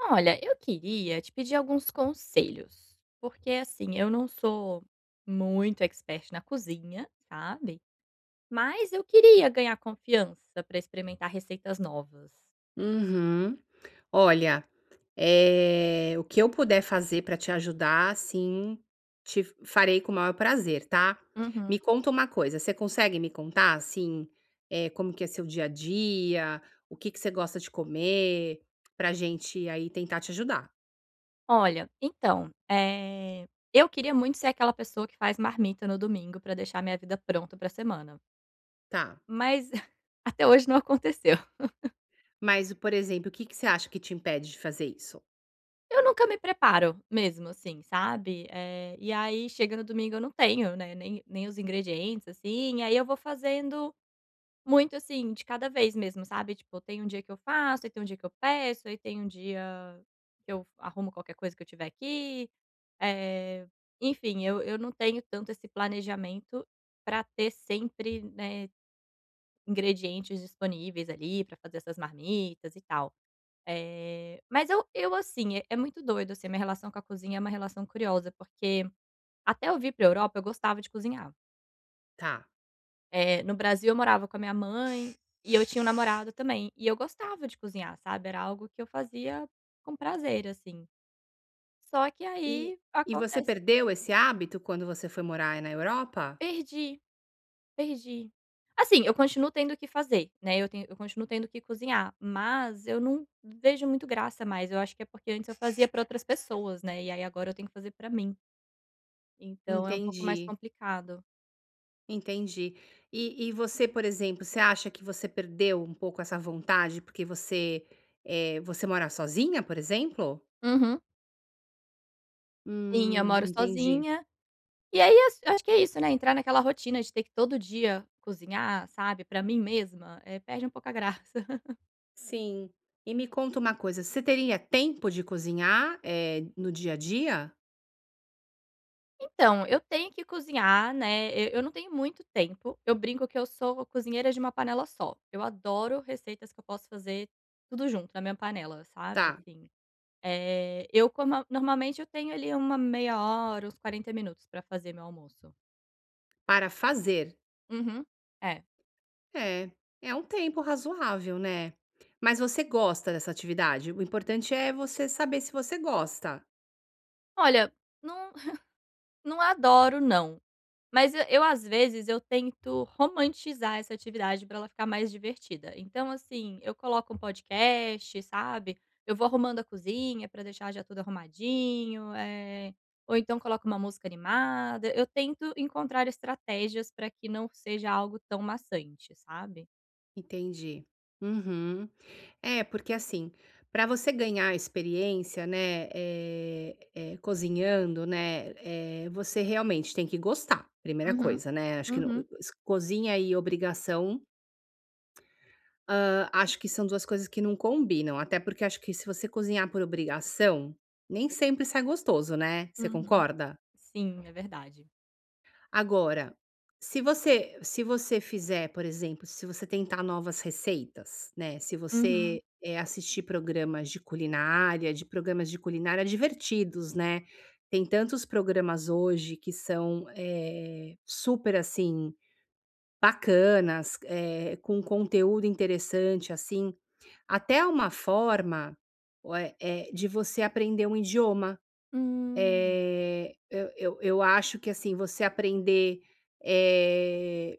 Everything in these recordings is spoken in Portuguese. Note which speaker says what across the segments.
Speaker 1: Olha, eu queria te pedir alguns conselhos, porque assim, eu não sou muito expert na cozinha, sabe? Mas eu queria ganhar confiança para experimentar receitas novas.
Speaker 2: Uhum. Olha, o que eu puder fazer para te ajudar, sim, te farei com o maior prazer, tá.
Speaker 1: Uhum.
Speaker 2: Me conta uma coisa, você consegue me contar, assim, como que é seu dia a dia, o que que você gosta de comer, pra gente aí tentar te ajudar?
Speaker 1: Olha, então, eu queria muito ser aquela pessoa que faz marmita no domingo para deixar minha vida pronta para a semana,
Speaker 2: Tá.
Speaker 1: mas até hoje não aconteceu.
Speaker 2: Mas, por exemplo, o que que você acha que te impede de fazer isso?
Speaker 1: Eu nunca me preparo mesmo, assim, sabe. E aí chega no domingo eu não tenho, né, nem os ingredientes, assim, e aí eu vou fazendo muito, assim, de cada vez mesmo, sabe. Tipo, tem um dia que eu faço, aí tem um dia que eu peço, aí tem um dia que eu arrumo qualquer coisa que eu tiver aqui. Eh, Enfim, eu não tenho tanto esse planejamento para ter sempre, né, ingredientes disponíveis ali para fazer essas marmitas e tal. Mas eu assim, é muito doido, assim, a minha relação com a cozinha é uma relação curiosa, porque até eu vir para Europa eu gostava de cozinhar.
Speaker 2: Tá.
Speaker 1: No Brasil eu morava com a minha mãe e eu tinha um namorado também, e eu gostava de cozinhar, sabe, era algo que eu fazia com prazer, assim. Só que
Speaker 2: E
Speaker 1: aí
Speaker 2: e você
Speaker 1: acontece
Speaker 2: perdeu esse hábito quando você foi morar na Europa?
Speaker 1: perdi, perdi. Assim, eu continuo tendo o que fazer, né, eu continuo tendo que cozinhar, mas eu não vejo muito graça mais, eu acho que é porque antes eu fazia para outras pessoas, né, e aí agora eu tenho que fazer para mim. Então é um pouco mais
Speaker 2: Entendi.
Speaker 1: complicado.
Speaker 2: Entendi. E você, por exemplo, você acha que você perdeu um pouco essa vontade porque você, você mora sozinha, por exemplo?
Speaker 1: Uhum. Sim, eu moro
Speaker 2: Entendi.
Speaker 1: sozinha. E aí acho que é isso, né, entrar naquela rotina de ter que todo dia cozinhar, sabe, pra mim mesma, eh, perde um pouco a graça.
Speaker 2: Sim. E me conta uma coisa, você teria tempo de cozinhar, no dia a dia?
Speaker 1: Então, eu tenho que cozinhar, né, eu não tenho muito tempo, eu brinco que eu sou cozinheira de uma panela só. Eu adoro receitas que eu posso fazer tudo junto na minha panela,
Speaker 2: Tá,
Speaker 1: sabe, assim. Eu como normalmente eu tenho ali uma meia hora, uns 40 minutos pra fazer meu almoço.
Speaker 2: para fazer.
Speaker 1: Uhum. É.
Speaker 2: É, é um tempo razoável, né. Mas você gosta dessa atividade? O importante é você saber se você gosta.
Speaker 1: Olha, não. Não adoro não, mas eu às vezes eu tento romantizar essa atividade para ela ficar mais divertida. Então assim, eu coloco um podcast, sabe, eu vou arrumando a cozinha para deixar já tudo arrumadinho, eh, ou então coloco uma música animada, eu tento encontrar estratégias para que não seja algo tão maçante, sabe.
Speaker 2: Entendi. Uhum. É, porque assim, para você ganhar experiência, né, cozinhando, né, você realmente tem que gostar, primeira
Speaker 1: Uhum.
Speaker 2: coisa, né? Acho que não-
Speaker 1: Uhum.
Speaker 2: s- cozinha e obrigação, ah, acho que são duas coisas que não combinam. Até porque acho que se você cozinhar por obrigação, nem sempre sai gostoso, né? Você
Speaker 1: Uhum.
Speaker 2: concorda?
Speaker 1: Sim, é verdade.
Speaker 2: Agora, se você se você fizer, por exemplo, se você tentar novas receitas, né, se você,
Speaker 1: Uhum.
Speaker 2: assistir programas de culinária, de programas de culinária divertidos, né, tem tantos programas hoje que são, super, assim, bacanas, com conteúdo interessante, assim, até uma forma, de você aprender um idioma.
Speaker 1: Hum.
Speaker 2: Eu acho que, assim, você aprender, eh,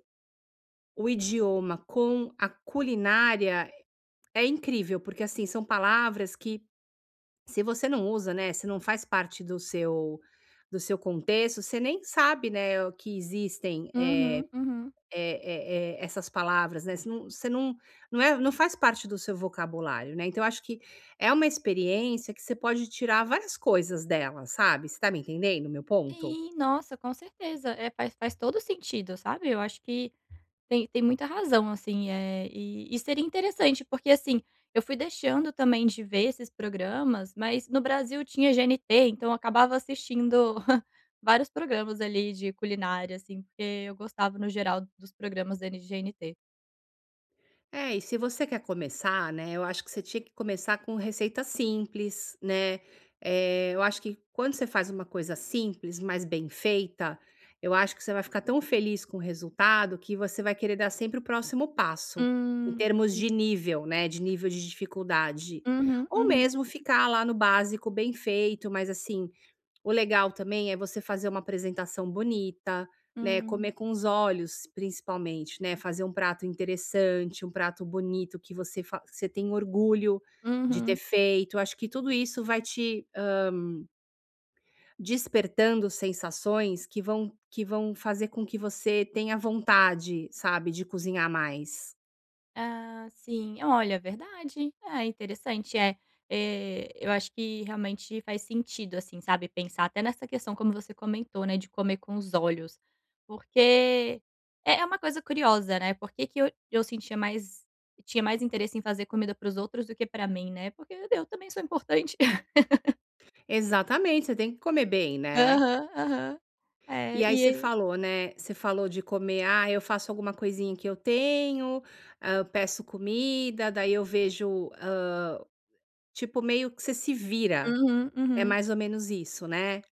Speaker 2: o idioma com a culinária é incrível, porque, assim, são palavras que se você não usa, né, se não faz parte do seu contexto, você nem sabe, né, o que existem,
Speaker 1: Uhum. Uhum.
Speaker 2: essas palavras, né, você não não faz parte do seu vocabulário, né, então eu acho que é uma experiência que você pode tirar várias coisas dela, sabe, você tá me entendendo meu ponto?
Speaker 1: Sim, nossa, com certeza. É, faz todo sentido, sabe. Eu acho que tem muita razão, assim, eh, e seria interessante, porque, assim, eu fui deixando também de ver esses programas, mas no Brasil tinha GNT, então eu acabava assistindo vários programas ali de culinária, assim, porque eu gostava no geral dos programas da GNT.
Speaker 2: É, e se você quer começar, né, eu acho que você tinha que começar com receita simples, né? Eu acho que quando você faz uma coisa simples, mas bem feita, eu acho que você vai ficar tão feliz com o resultado que você vai querer dar sempre o próximo passo, em termos
Speaker 1: Sim.
Speaker 2: de nível, né? De nível de dificuldade.
Speaker 1: Uhum,
Speaker 2: Ou
Speaker 1: uhum.
Speaker 2: mesmo ficar lá no básico bem feito, mas assim, o legal também é você fazer uma apresentação bonita, né, comer
Speaker 1: Hum,
Speaker 2: com os olhos principalmente, né, fazer um prato interessante, um prato bonito que você fa você tem orgulho de ter
Speaker 1: uhum.
Speaker 2: feito. Acho que tudo isso vai te, despertando sensações que vão fazer com que você tenha vontade, sabe, de cozinhar mais.
Speaker 1: Ah, sim. Olha, verdade. É interessante, é. Eu acho que realmente faz sentido, assim, sabe, pensar até nessa questão, como você comentou, né, de comer com os olhos. Porque é uma coisa curiosa, né, por que que eu sentia mais tinha mais interesse em fazer comida para os outros do que para mim, né, porque eu também sou importante.
Speaker 2: Exatamente, você tem que comer bem, né.
Speaker 1: Aham, aham. É,
Speaker 2: E aí você
Speaker 1: e
Speaker 2: falou, né, você falou de comer, ah, eu faço alguma coisinha que eu tenho, ah, eu peço comida, daí eu vejo, tipo, meio que você se vira,
Speaker 1: uhum,
Speaker 2: é
Speaker 1: uhum.
Speaker 2: mais ou menos isso, né.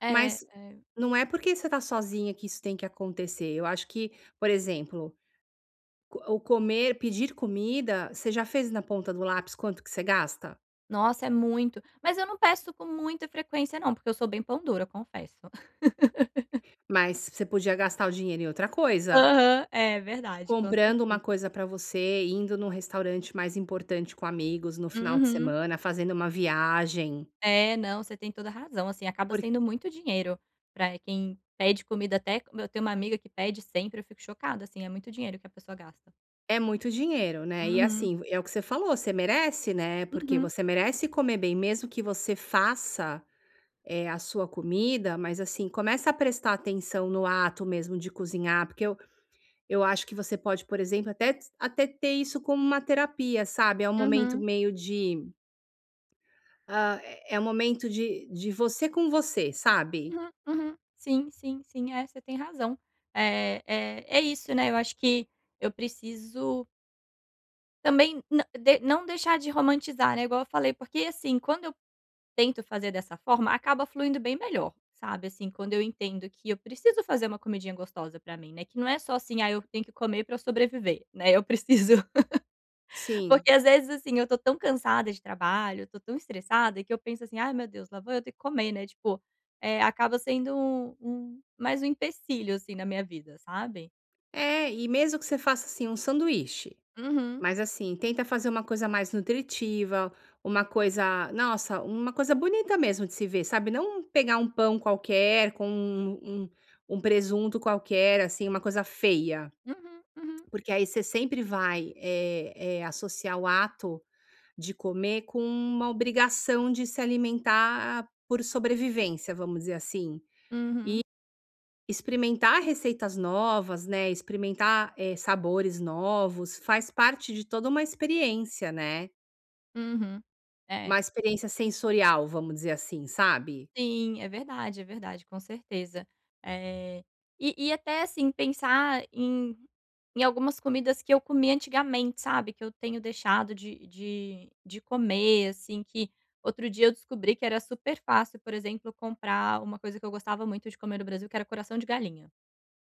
Speaker 1: É,
Speaker 2: Mas
Speaker 1: é.
Speaker 2: não é porque você tá sozinha que isso tem que acontecer, eu acho que, por exemplo, co o comer pedir comida, você já fez na ponta do lápis quanto que você gasta?
Speaker 1: Nossa, é muito. Mas eu não peço com muita frequência não, porque eu sou bem pão dura, confesso.
Speaker 2: Mas você podia gastar o dinheiro em outra coisa.
Speaker 1: Aham, é verdade, com
Speaker 2: Comprando uma
Speaker 1: certeza.
Speaker 2: coisa pra você, indo num restaurante mais importante com amigos no final de
Speaker 1: Uhum.
Speaker 2: semana, fazendo uma viagem,
Speaker 1: É, não, você tem toda a razão, assim, acaba
Speaker 2: porque
Speaker 1: sendo muito dinheiro pra quem pede comida até eu tenho uma amiga que pede sempre, eu fico chocada, assim, é muito dinheiro que a pessoa gasta.
Speaker 2: é muito dinheiro, né. E
Speaker 1: Uhum,
Speaker 2: assim, é o que você falou, você merece, né, porque
Speaker 1: uhum,
Speaker 2: você merece comer bem, mesmo que você faça, a sua comida, mas assim, começa a prestar atenção no ato mesmo de cozinhar, porque eu acho que você pode, por exemplo, até ter isso como uma terapia, sabe. É um momento
Speaker 1: uhum,
Speaker 2: meio de, é um momento de você com você, sabe.
Speaker 1: uhum, uhum. Sim, sim, sim, é, você tem razão. É isso, né, eu acho que eu preciso também nã de não deixar de romantizar, né, igual eu falei, porque, assim, quando eu tento fazer dessa forma, acaba fluindo bem melhor, sabe, assim, quando eu entendo que eu preciso fazer uma comidinha gostosa pra mim, né, que não é só assim: "Ah, eu tenho que comer pra eu sobreviver", né, eu preciso
Speaker 2: Sim.
Speaker 1: porque às vezes, assim, eu tô tão cansada de trabalho, eu tô tão estressada que eu penso assim: "Ai meu Deus, lá vou eu ter que comer", né, tipo, eh, acaba sendo um mais um empecilho, assim, na minha vida, sabe.
Speaker 2: É, e mesmo que você faça, assim, um sanduíche,
Speaker 1: Uhum,
Speaker 2: mas assim, tenta fazer uma coisa mais nutritiva, uma coisa nossa, uma coisa bonita mesmo de se ver, sabe, não pegar um pão qualquer com um presunto qualquer, assim, uma coisa feia,
Speaker 1: uhum, uhum,
Speaker 2: porque aí você sempre vai, associar o ato de comer com uma obrigação de se alimentar por sobrevivência, vamos dizer assim.
Speaker 1: uhum,
Speaker 2: Experimentar receitas novas, né, experimentar, sabores novos, faz parte de toda uma experiência, né.
Speaker 1: uhum.
Speaker 2: Uma
Speaker 1: É.
Speaker 2: experiência sensorial, vamos dizer assim, sabe.
Speaker 1: Sim, é verdade, com certeza. Eh, e até, assim, pensar em em algumas comidas que eu comi antigamente, sabe, que eu tenho deixado de comer, assim, que outro dia eu descobri que era super fácil, por exemplo, comprar uma coisa que eu gostava muito de comer no Brasil, que era coração de galinha.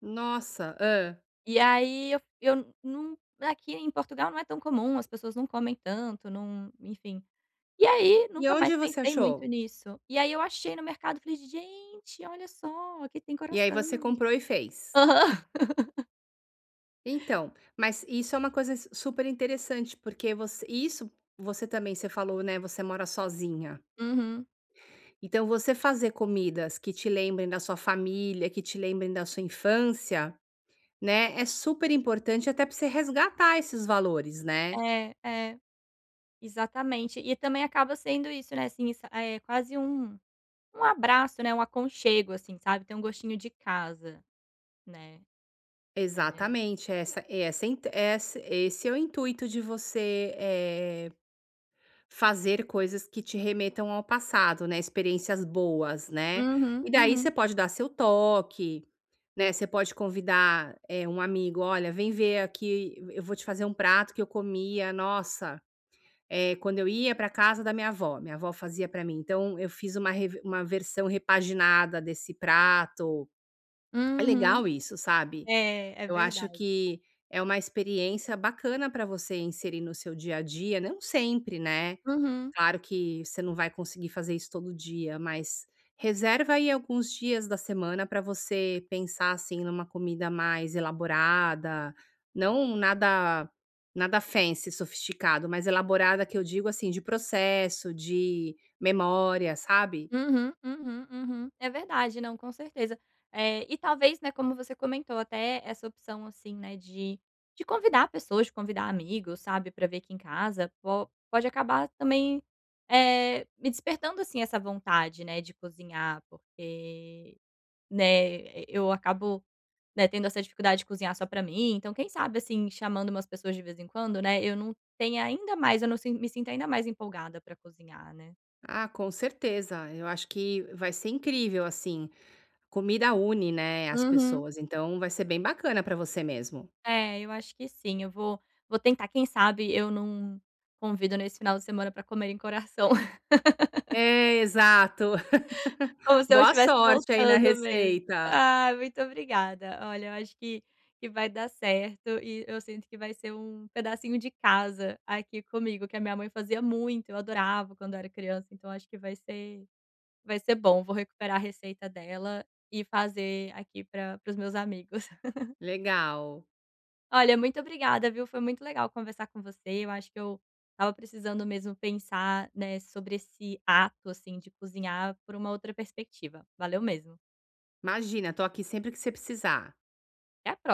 Speaker 2: Nossa, ah.
Speaker 1: E aí eu não aqui em Portugal não é tão comum, as pessoas não comem tanto, não enfim. E aí,
Speaker 2: E
Speaker 1: nunca mais
Speaker 2: onde você
Speaker 1: pensei muito
Speaker 2: achou?
Speaker 1: nisso. E aí eu achei no mercado, falei: "Gente, olha só, aqui tem
Speaker 2: E aí você
Speaker 1: coração".
Speaker 2: comprou e fez.
Speaker 1: Aham.
Speaker 2: Então, mas isso é uma coisa s super interessante, porque você isso você também, você falou, né, você mora sozinha.
Speaker 1: Uhum.
Speaker 2: Então você fazer comidas que te lembrem da sua família, que te lembrem da sua infância. Né, é super importante até para você resgatar esses valores, né.
Speaker 1: É, é, exatamente. E também acaba sendo isso, né, assim, isso é quase um abraço, né, um aconchego, assim, sabe, tem um gostinho de casa, né. É.
Speaker 2: Exatamente, essa esse é o intuito de você, fazer coisas que te remetam ao passado, né, experiências boas, né.
Speaker 1: Uhum,
Speaker 2: E daí você
Speaker 1: uhum,
Speaker 2: pode dar seu toque, né, você pode convidar, um amigo: "Olha, vem ver aqui, eu vou te fazer um prato que eu comia, nossa, quando eu ia para casa da minha avó fazia para mim, então eu fiz uma rev uma versão repaginada desse prato". É
Speaker 1: uhum.
Speaker 2: legal isso, sabe.
Speaker 1: É, é
Speaker 2: Eu acho
Speaker 1: verdade.
Speaker 2: que é uma experiência bacana para você inserir no seu dia a dia, não sempre, né.
Speaker 1: Uhum.
Speaker 2: Claro que você não vai conseguir fazer isso todo dia, mas reserva aí alguns dias da semana para você pensar assim numa comida mais elaborada, não nada fancy, sofisticado, mas elaborada que eu digo assim de processo, de memória, sabe?
Speaker 1: Uhum, uhum, uhum. É verdade, não, com certeza. É e talvez, né, como você comentou, até essa opção, assim, né, de convidar pessoas, de convidar amigos, sabe, para ver aqui em casa, po pode acabar também, eh, me despertando, assim, essa vontade, né, de cozinhar, porque, né, eu acabo, né, tendo essa dificuldade de cozinhar só pra mim, então quem sabe, assim, chamando umas pessoas de vez em quando, né, eu não sin me sinto ainda mais empolgada pra cozinhar, né.
Speaker 2: Ah, com certeza. Eu acho que vai ser incrível assim. Comida une, né, as
Speaker 1: Uhum.
Speaker 2: pessoas, então vai ser bem bacana para você mesmo.
Speaker 1: É, eu acho que sim, eu vou vou tentar, quem sabe eu não convido nesse final de semana para comer em coração,
Speaker 2: É, exato.
Speaker 1: como se eu
Speaker 2: Boa
Speaker 1: estivesse
Speaker 2: sorte aí na
Speaker 1: voltando mesmo.
Speaker 2: receita.
Speaker 1: Ah, muito obrigada. Olha, eu acho que vai dar certo e eu sinto que vai ser um pedacinho de casa aqui comigo, que a minha mãe fazia muito, eu adorava quando eu era criança, então acho que vai ser bom, vou recuperar a receita dela e fazer aqui para os meus amigos.
Speaker 2: Legal.
Speaker 1: Olha, muito obrigada, viu? Foi muito legal conversar com você. Eu acho que eu estava precisando mesmo pensar, né, sobre esse ato, assim, de cozinhar por uma outra perspectiva. Valeu mesmo.
Speaker 2: Imagina, tô aqui sempre que você precisar.
Speaker 1: Até a próxima.